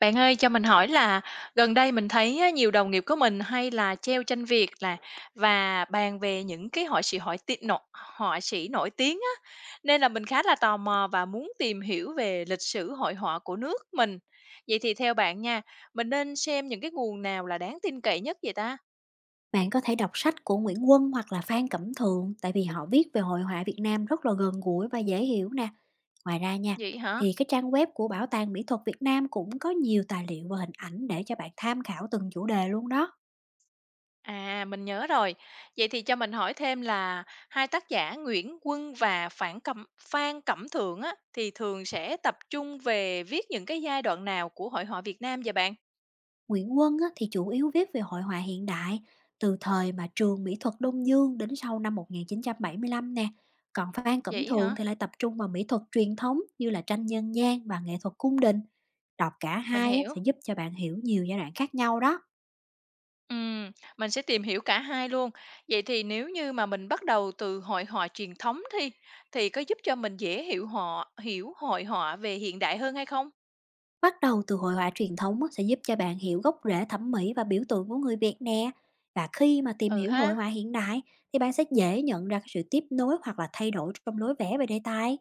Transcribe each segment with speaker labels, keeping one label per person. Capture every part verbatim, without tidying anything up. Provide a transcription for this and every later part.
Speaker 1: Bạn ơi, cho mình hỏi là gần đây mình thấy á, nhiều đồng nghiệp của mình hay là treo tranh Việt là và bàn về những cái họa sĩ hỏi ti nọ họa sĩ nổi tiếng á, nên là mình khá là tò mò và muốn tìm hiểu về lịch sử hội họa của nước mình. Vậy thì theo bạn nha, mình nên xem những cái nguồn nào là đáng tin cậy nhất vậy ta?
Speaker 2: Bạn có thể đọc sách của Nguyễn Quân hoặc là Phan Cẩm Thượng tại vì họ viết về hội họa Việt Nam rất là gần gũi và dễ hiểu nè. Ngoài ra nha,
Speaker 1: Vậy hả?
Speaker 2: thì cái trang web của Bảo tàng Mỹ thuật Việt Nam cũng có nhiều tài liệu và hình ảnh để cho bạn tham khảo từng chủ đề luôn đó.
Speaker 1: À, mình nhớ rồi. Vậy thì cho mình hỏi thêm là hai tác giả Nguyễn Quân và Phản Cẩm Phan Cẩm Thượng á thì thường sẽ tập trung về viết những cái giai đoạn nào của hội họa Việt Nam vậy bạn?
Speaker 2: Nguyễn Quân á, thì chủ yếu viết về hội họa hiện đại từ thời mà trường mỹ thuật Đông Dương đến sau năm một chín bảy lăm nè. Còn Phan Cẩm
Speaker 1: Vậy
Speaker 2: Thượng
Speaker 1: hả?
Speaker 2: thì lại tập trung vào mỹ thuật truyền thống như là tranh nhân gian và nghệ thuật cung đình. Đọc cả
Speaker 1: Mình
Speaker 2: hai á,
Speaker 1: hiểu.
Speaker 2: sẽ giúp cho bạn hiểu nhiều giai đoạn khác nhau đó.
Speaker 1: Ừm, mình sẽ tìm hiểu cả hai luôn. Vậy thì nếu như mà mình bắt đầu từ hội họa truyền thống thì thì có giúp cho mình dễ hiểu họ hiểu hội họa về hiện đại hơn hay không?
Speaker 2: Bắt đầu từ hội họa truyền thống á, sẽ giúp cho bạn hiểu gốc rễ thẩm mỹ và biểu tượng của người Việt nè. Và khi mà tìm
Speaker 1: Ừ
Speaker 2: hiểu hội
Speaker 1: ha.
Speaker 2: họa hiện đại thì bạn sẽ dễ nhận ra cái sự tiếp nối hoặc là thay đổi trong lối vẽ về đề tài.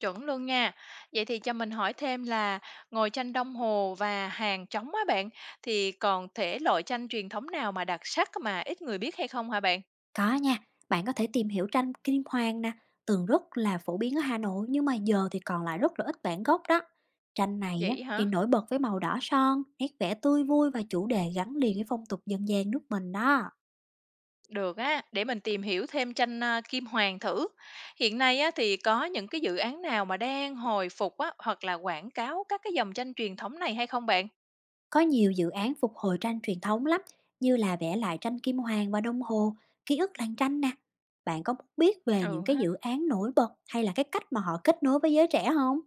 Speaker 1: Chuẩn luôn nha. Vậy thì cho mình hỏi thêm là ngồi tranh đồng hồ và hàng trống á bạn, thì còn thể loại tranh truyền thống nào mà đặc sắc mà ít người biết hay không hả bạn?
Speaker 2: Có nha, bạn có thể tìm hiểu tranh Kim Hoàng nè, từng rất là phổ biến ở Hà Nội nhưng mà giờ thì còn lại rất là ít bản gốc đó. Tranh này á,
Speaker 1: Vậy hả?
Speaker 2: thì nổi bật với màu đỏ son, nét vẽ tươi vui và chủ đề gắn liền với phong tục dân gian nước mình đó.
Speaker 1: Được á, để mình tìm hiểu thêm tranh à, Kim Hoàng thử. Hiện nay á, thì có những cái dự án nào mà đang hồi phục á, hoặc là quảng cáo các cái dòng tranh truyền thống này hay không bạn?
Speaker 2: Có nhiều dự án phục hồi tranh truyền thống lắm, như là vẽ lại tranh kim hoàn và đồng hồ, ký ức làng tranh nè. Bạn có muốn biết về
Speaker 1: Ừ
Speaker 2: những cái
Speaker 1: ha.
Speaker 2: dự án nổi bật hay là cái cách mà họ kết nối với giới trẻ không?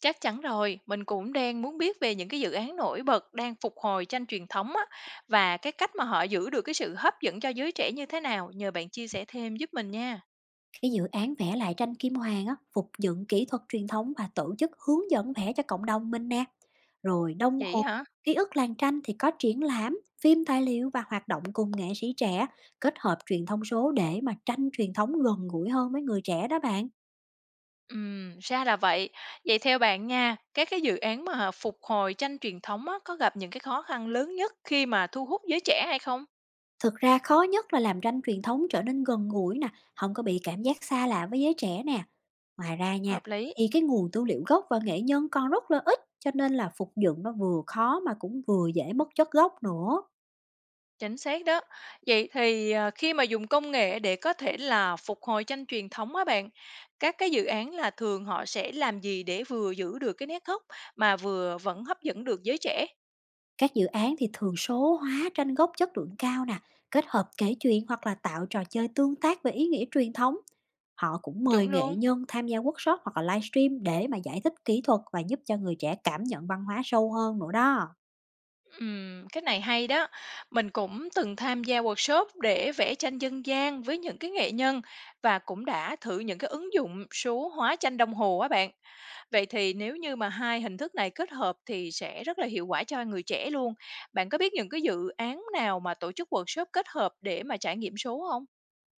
Speaker 1: Chắc chắn rồi, mình cũng đang muốn biết về những cái dự án nổi bật đang phục hồi tranh truyền thống á, và cái cách mà họ giữ được cái sự hấp dẫn cho giới trẻ như thế nào, nhờ bạn chia sẻ thêm giúp mình nha.
Speaker 2: Cái dự án vẽ lại tranh kim hoàn á, phục dựng kỹ thuật truyền thống và tổ chức hướng dẫn vẽ cho cộng đồng mình nè. Rồi đồng
Speaker 1: Vậy
Speaker 2: hồ,
Speaker 1: hả?
Speaker 2: ký ức làng tranh thì có triển lãm, phim tài liệu và hoạt động cùng nghệ sĩ trẻ kết hợp truyền thông số để mà tranh truyền thống gần gũi hơn với người trẻ đó bạn.
Speaker 1: Ừm, ra là vậy. Vậy theo bạn nha, các cái dự án mà phục hồi tranh truyền thống á, có gặp những cái khó khăn lớn nhất khi mà thu hút giới trẻ hay không?
Speaker 2: Thực ra khó nhất là làm tranh truyền thống trở nên gần gũi nè, không có bị cảm giác xa lạ với giới trẻ nè. Ngoài ra nha,
Speaker 1: Hợp lý.
Speaker 2: thì cái nguồn tư liệu gốc và nghệ nhân còn rất là ít, cho nên là phục dựng nó vừa khó mà cũng vừa dễ mất chất gốc nữa.
Speaker 1: Chính xác đó. Vậy thì, ờ, khi mà dùng công nghệ để có thể là phục hồi tranh truyền thống á bạn, các cái dự án là thường họ sẽ làm gì để vừa giữ được cái nét gốc mà vừa vẫn hấp dẫn được giới trẻ?
Speaker 2: Các dự án thì thường số hóa tranh gốc chất lượng cao nè, kết hợp kể chuyện hoặc là tạo trò chơi tương tác về ý nghĩa truyền thống. Họ cũng
Speaker 1: Chuẩn
Speaker 2: mời nghệ
Speaker 1: luôn.
Speaker 2: nhân tham gia workshop hoặc là livestream để mà giải thích kỹ thuật và giúp cho người trẻ cảm nhận văn hóa sâu hơn nữa đó.
Speaker 1: Ừm, cái này hay đó. Mình cũng từng tham gia workshop để vẽ tranh dân gian với những cái nghệ nhân và cũng đã thử những cái ứng dụng số hóa tranh đồng hồ á bạn. Vậy thì nếu như mà hai hình thức này kết hợp thì sẽ rất là hiệu quả cho người trẻ luôn. Bạn có biết những cái dự án nào mà tổ chức workshop kết hợp để mà trải nghiệm số không?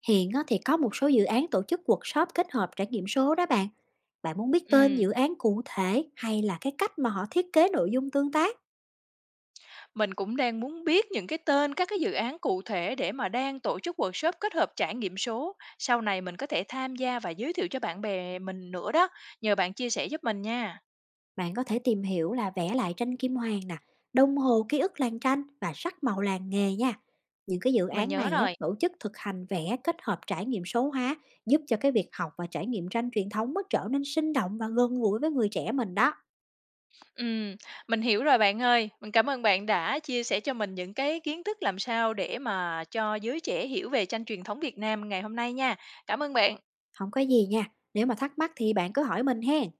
Speaker 2: Hiện á, thì có một số dự án tổ chức workshop kết hợp trải nghiệm số đó bạn. Bạn muốn biết tên dự
Speaker 1: Ừm,
Speaker 2: án cụ thể hay là cái cách mà họ thiết kế nội dung tương tác?
Speaker 1: mình cũng đang muốn biết những cái tên các cái dự án cụ thể để mà đang tổ chức workshop kết hợp trải nghiệm số, sau này mình có thể tham gia và giới thiệu cho bạn bè mình nữa đó, nhờ bạn chia sẻ giúp mình nha.
Speaker 2: Bạn có thể tìm hiểu là vẽ lại tranh kim hoàng nè, đồng hồ ký ức làng tranh và sắc màu làng nghề nha. Những cái dự
Speaker 1: Mình
Speaker 2: án
Speaker 1: nhớ
Speaker 2: này á,
Speaker 1: rồi.
Speaker 2: tổ chức thực hành vẽ kết hợp trải nghiệm số hóa giúp cho cái việc học và trải nghiệm tranh truyền thống nó trở nên sinh động và gần gũi với người trẻ mình đó.
Speaker 1: Ừm, mình hiểu rồi bạn ơi. Mình cảm ơn bạn đã chia sẻ cho mình những cái kiến thức làm sao để mà cho giới trẻ hiểu về tranh truyền thống Việt Nam ngày hôm nay nha. Cảm ơn bạn.
Speaker 2: Không có gì nha. Nếu mà thắc mắc thì bạn cứ hỏi mình hen.